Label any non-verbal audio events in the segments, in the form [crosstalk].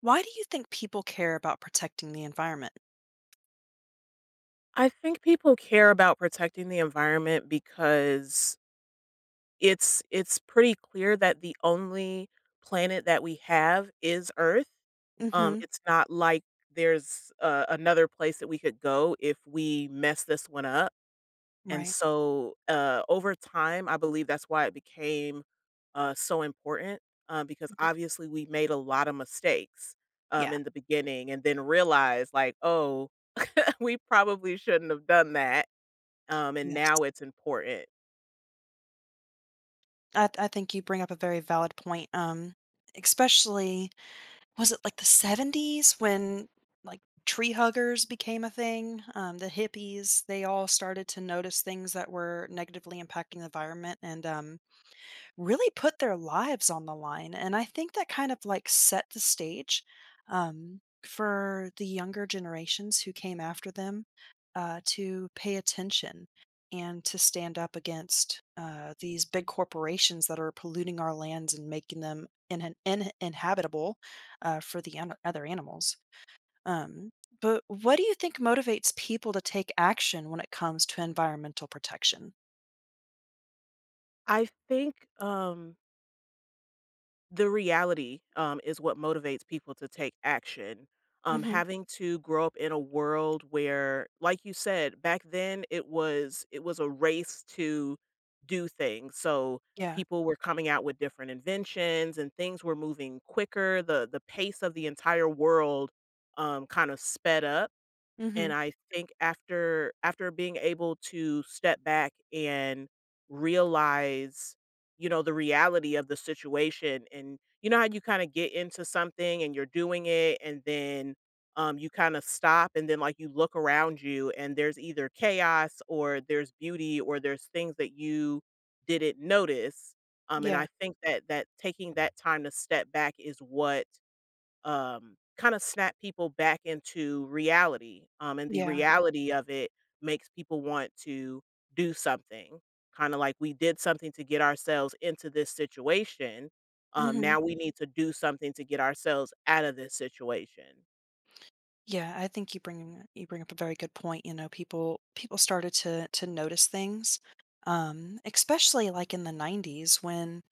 Why do you think people care about protecting the environment? I think people care about protecting the environment because it's pretty clear that the only planet that we have is Earth. Um, Mhm, it's not like there's another place that we could go if we mess this one up. And right. so over time, I believe that's why it became so important because Mhm. obviously we made a lot of mistakes Yeah, in the beginning and then realized, like, oh, [laughs] we probably shouldn't have done that and yes. now it's important. I think you bring up a very valid point, especially was it, like, the '70s when, like, tree huggers became a thing? The hippies, they all started to notice things that were negatively impacting the environment, and, really put their lives on the line, and I think that kind of, like, set the stage, for the younger generations who came after them, to pay attention and to stand up against, these big corporations that are polluting our lands and making them in inhabitable, for the an other animals. um, but what do you think motivates people to take action when it comes to environmental protection? I think the reality is what motivates people to take action. Um, Mhm. having to grow up in a world where, like you said, back then it was a race to do things. So Yeah. people were coming out with different inventions and things were moving quicker. The pace of the entire world kind of sped up. And Mhm. I think after being able to step back and realize, you know, the reality of the situation, and you know how you kinda get into something and you're doing it, and then you kind of stop and then like you look around you and there's either chaos or there's beauty or there's things that you didn't notice. And Yeah. I think that taking that time to step back is what kind of snap people back into reality, and the Yeah. reality of it makes people want to do something. Kind of like we did something to get ourselves into this situation. Hmm. Now we need to do something to get ourselves out of this situation. Yeah, I think you bring up a very good point. You know, people started to notice things, especially like in the '90s when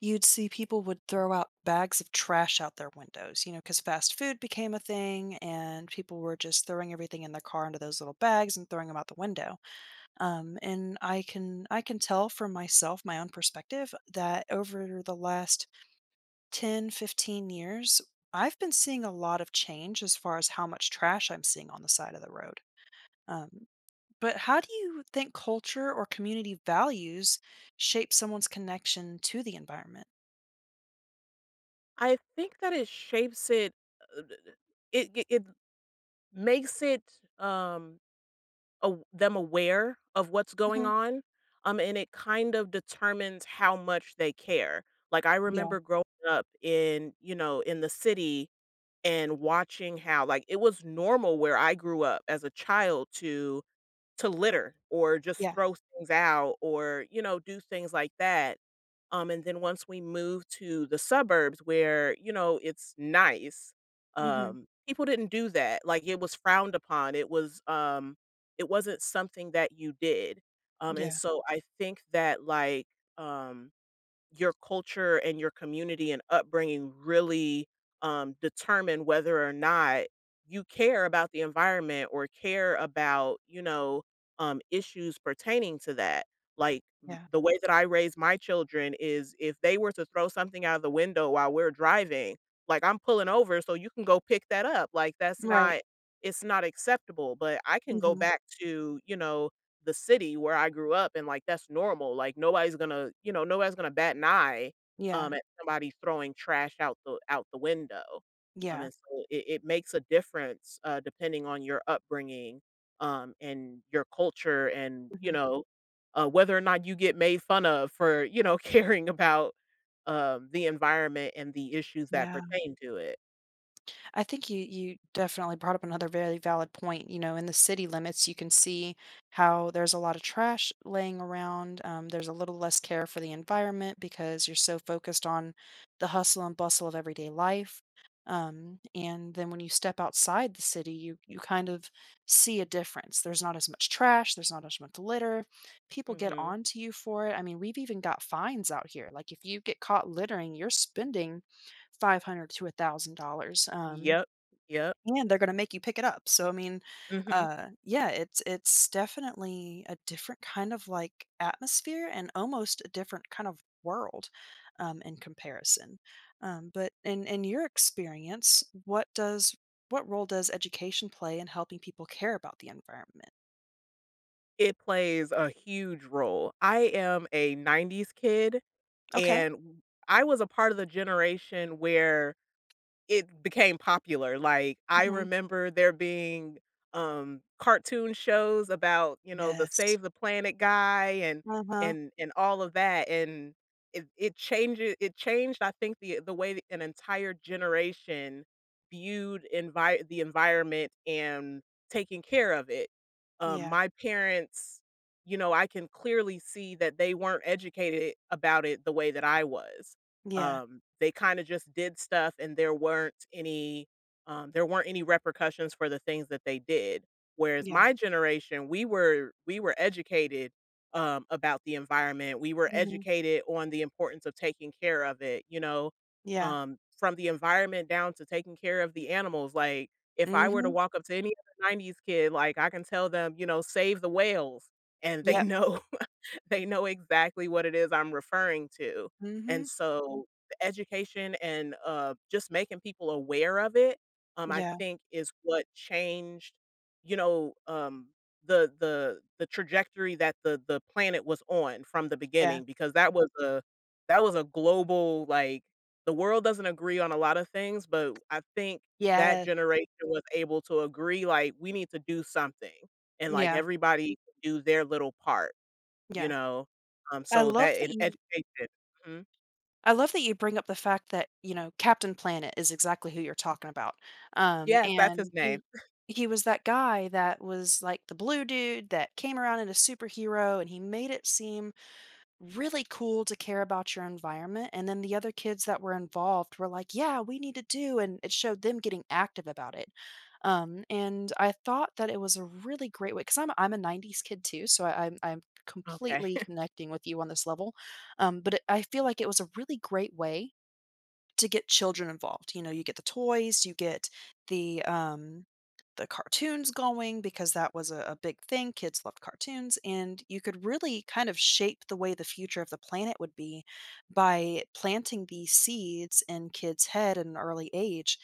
you'd see people would throw out bags of trash out their windows. You know, because fast food became a thing, and people were just throwing everything in their car into those little bags and throwing them out the window. And I can tell from myself, my own perspective, that over the last 10, 15 years, I've been seeing a lot of change as far as how much trash I'm seeing on the side of the road. Um, but how do you think culture or community values shape someone's connection to the environment? I think that it shapes it. uh, it makes it. Um, aw them aware of what's going Hmm. on, and it kind of determines how much they care. Like, I Yeah, remember growing up in, you know, in the city and watching how, like, it was normal where I grew up as a child to litter or just yeah. throw things out or, you know, do things like that. And then once we moved to the suburbs where, you know, it's nice, Hmm. People didn't do that. Like, it was frowned upon. It wasn't something that you did. And Yeah, so I think that, like, um your culture and your community and upbringing really determine whether or not you care about the environment or care about, you know, issues pertaining to that, like yeah. the way that I raise my children is if they were to throw something out of the window while we're driving, like, I'm pulling over so you can go pick that up. Like, that's Right. not, it's not acceptable. But I can go Hmm. back to, you know, the city where I grew up, and like, that's normal. Like, nobody's gonna, you know, nobody's gonna bat an eye Yeah, at somebody throwing trash out the window. Um, yeah. and so it makes a difference depending on your upbringing and your culture, and you Hmm. know, whether or not you get made fun of for, you know, [laughs] caring about the environment and the issues that Yeah. pertain to it. I think you definitely brought up another very valid point. You know, in the city limits, you can see how there's a lot of trash laying around. There's a little less care for the environment because you're so focused on the hustle and bustle of everyday life. And then when you step outside the city, you kind of see a difference. There's not as much trash. There's not as much litter. People get Mhm. on to you for it. I mean, we've even got fines out here. Like if you get caught littering, you're spending 500 to a thousand dollars, Yep. Yep. and they're gonna make you pick it up. So I mean, Mhm. Yeah, it's definitely a different kind of like atmosphere and almost a different kind of world, in comparison. But in your experience, what role does education play in helping people care about the environment? It plays a huge role. I am a 90s kid, Okay. and I was a part of the generation where it became popular. Like, I Hmm. remember there being, cartoon shows about, you know, the Yes. Save the Planet guy, and Uh huh. and all of that, and it changed, I think, the way that an entire generation viewed envi the environment and taking care of it. Yeah. My parents, you know, I can clearly see that they weren't educated about it the way that I was. Yeah. They kinda just did stuff and there weren't any repercussions for the things that they did. Whereas Yeah. my generation, we were educated, about the environment. We were Hmm. educated on the importance of taking care of it, you know, Yeah. From the environment down to taking care of the animals. Like, if I were to Hmm. walk up to any other 90s kid, like, I can tell them, you know, "Save the whales," and they Yeah. know [laughs] they know exactly what it is I'm referring to. Hmm. And so education and, just making people aware of it, I Yeah. think is what changed, you know, the trajectory that the planet was on from the Yeah. beginning, because that was a global, like, the world doesn't agree on a lot of things, but I think that Yes. generation was able to agree, like, "We need to do something," and, like, Yeah. everybody do their little part, you Yeah. know? I So love that that in you education mhm. I love that you bring up the fact that, you know, Captain Planet is exactly who you're talking about, Yes, that's and his he name. he was that guy that was, like, the blue dude that came around in a superhero, and he made it seem really cool to care about your environment. And then the other kids that were involved were like, yeah, we need to do. And it showed them getting active about it. And I thought that it was a really great way because I'm a 90s kid too. So I'm Okay. completely [laughs] connecting with you on this level. But I feel like it was a really great way to get children involved. You know, you get the toys, you get the um the cartoons going because that was a big thing. Kids loved cartoons, and you could really kind of shape the way the future of the planet would be by planting these seeds in kids' head at an early age.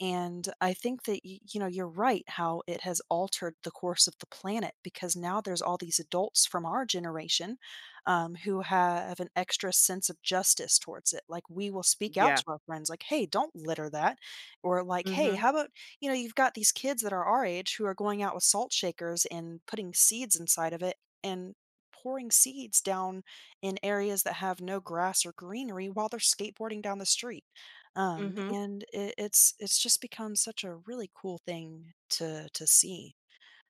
And I think that you know you're right how it has altered the course of the planet because now there's all these adults from our generation, who have an extra sense of justice towards it. Like we will speak out Yeah. to our friends, like, "Hey, don't litter that," or like, "Hey, Mhm. how about you know you've got these kids that are our age who are going out with salt shakers and putting seeds inside of it and pouring seeds down in areas that have no grass or greenery while they're skateboarding down the street." Mhm. And it's just become such a really cool thing to see.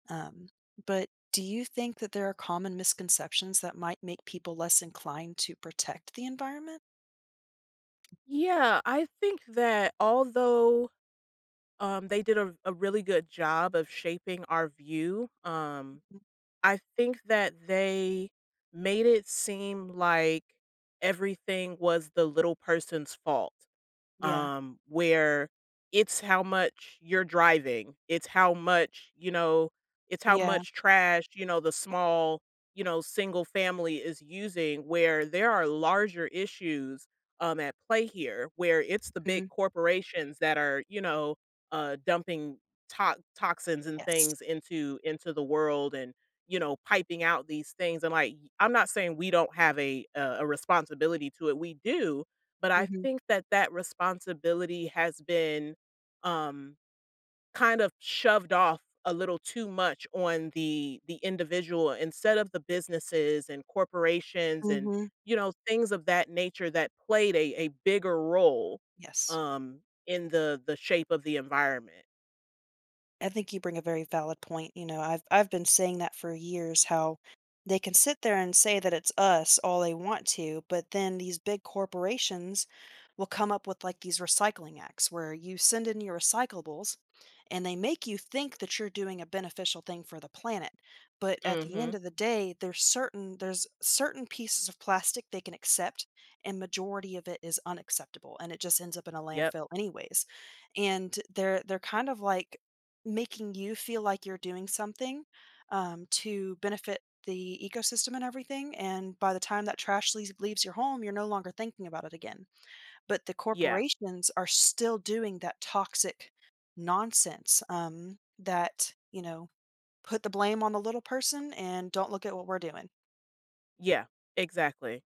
Um, but do you think that there are common misconceptions that might make people less inclined to protect the environment? Yeah, I think that although they did a really good job of shaping our view, Mhm. I think that they made it seem like everything was the little person's fault. Yeah. Um, where it's how much you're driving, it's how much, you know, it's how Yeah. much trash, you know, the small, you know, single family is using, where there are larger issues at play here, where it's the big Mhm. corporations that are, you know, dumping toxins and Yes. things into the world and, you know, piping out these things, and like, I'm not saying we don't have a a responsibility to it, we do, but I Mhm. think that that responsibility has been, um, kind of shoved off a little too much on the individual instead of the businesses and corporations and, Mhm. you know, things of that nature that played a bigger role, Yes. In the shape of the environment. I think you bring a very valid point. You know, I've been saying that for years how they can sit there and say that it's us all they want to, but then these big corporations will come up with like these recycling acts where you send in your recyclables and they make you think that you're doing a beneficial thing for the planet. But at the end Mhm. of the day, there's certain pieces of plastic they can accept and majority of it is unacceptable and it just ends up in a Yep. landfill anyways. And they're kind of like making you feel like you're doing something, to benefit the ecosystem and everything. And by the time that trash leaves your home, you're no longer thinking about it again. But the Yeah. corporations are still doing that toxic nonsense, that, you know, put the blame on the little person and don't look at what we're doing. Yeah. Exactly.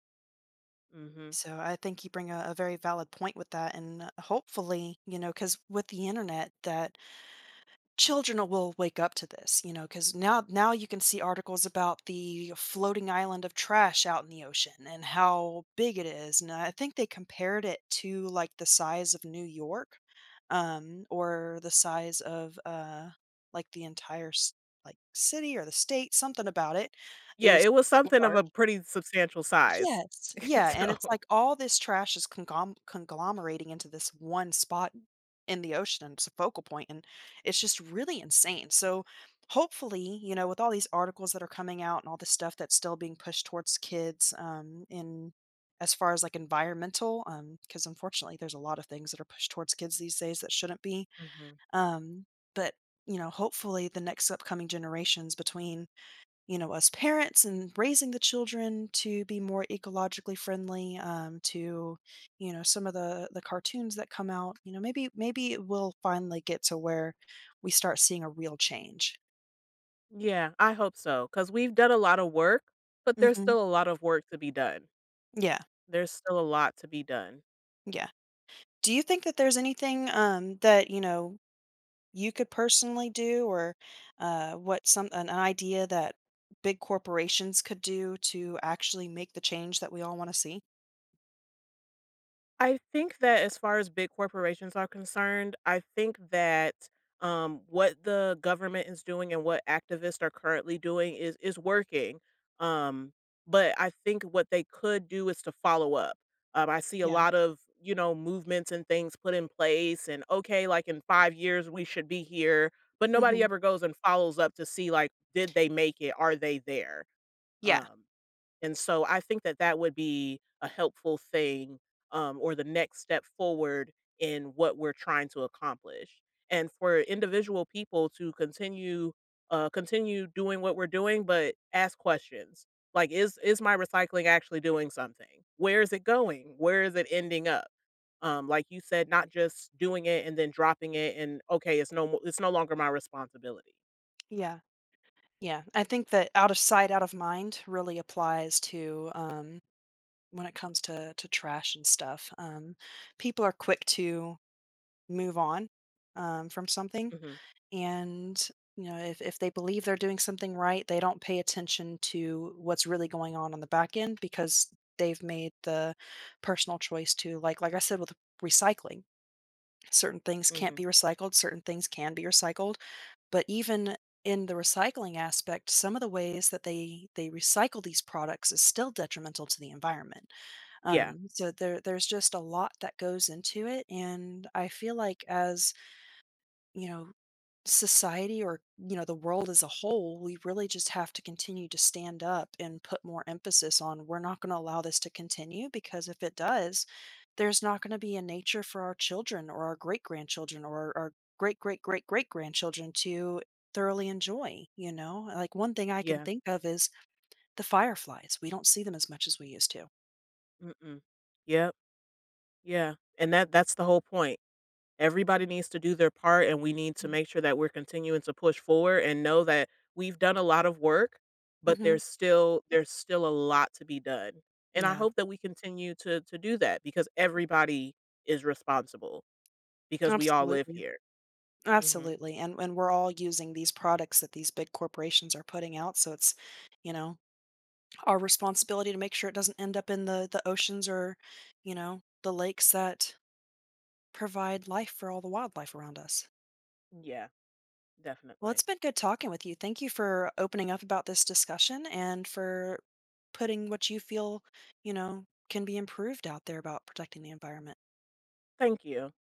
Mhm. So I think you bring a very valid point with that. And hopefully, you know, because with the internet, that children will wake up to this, you know, because now you can see articles about the floating island of trash out in the ocean and how big it is. And I think they compared it to like the size of New York, or the size of like the entire like city or the state. Something about it Yeah, is it was something of a large. pretty substantial size. Yes, [laughs] yeah, and it's So like all this trash is conglomerating into this one spot in the ocean, and it's a focal point, and it's just really insane, so, hopefully, you know, with all these articles that are coming out and all this stuff that's still being pushed towards kids, in as far as, like, environmental, because unfortunately, there's a lot of things that are pushed towards kids these days that shouldn't be, mhm. um, but, you know, hopefully, the next upcoming generations between you know us parents and raising the children to be more ecologically friendly, to you know some of the cartoons that come out you know maybe we'll finally get to where we start seeing a real change. Yeah, I hope so. Because 'cause we've done a lot of work, but there's Hmm. still a lot of work to be done. Yeah. There's still a lot to be done. Yeah. Do you think that there's anything, that you know you could personally do or what some an idea that big corporations could do to actually make the change that we all want to see? I think that as far as big corporations are concerned, I think that what the government is doing and what activists are currently doing is working. Um, but I think what they could do is to follow up. I see a Yeah. lot of, you know, movements and things put in place, and okay, like in 5 years we should be here, but Hmm. nobody ever goes and follows up to see, like, did they make it? Are they there? Yeah. Um, and so I think that that would be a helpful thing, or the next step forward in what we're trying to accomplish. And for individual people to continue continue doing what we're doing, but ask questions like, is my recycling actually doing something? Where is it going? Where is it ending up? Like you said, not just doing it and then dropping it, and okay, it's no longer my responsibility. Yeah. Yeah, I think that out of sight, out of mind really applies to, when it comes to trash and stuff. People are quick to move on, from something, Hmm. and you know if they believe they're doing something right, they don't pay attention to what's really going on the back end because they've made the personal choice to like I said with recycling. Certain things can't Hmm. be recycled, certain things can be recycled but even in the recycling aspect, some of the ways that they recycle these products is still detrimental to the environment. Yeah, So there's just a lot that goes into it, and I feel like as you know society or you know the world as a whole we really just have to continue to stand up and put more emphasis on we're not going to allow this to continue because if it does there's not going to be a nature for our children or our great grandchildren or our great great great great grandchildren to thoroughly enjoy. You know, like one thing I can yeah, think of is the fireflies. We don't see them as much as we used to. mm-mm. Yep. Yeah, and that that's the whole point. Everybody needs to do their part, and we need to make sure that we're continuing to push forward and know that we've done a lot of work, but Hmm. there's still a lot to be done. And I Yeah. hope that we continue to do that because everybody is responsible because we all live Absolutely. here. Mhm. Absolutely, and we're all using these products that these big corporations are putting out, so it's, you know, our responsibility to make sure it doesn't end up in the oceans or, you know, the lakes that provide life for all the wildlife around us. Yeah, Well, it's definitely. been good talking with you. Thank you for opening up about this discussion and for putting what you feel, you know, can be improved out there about protecting the environment. Thank you.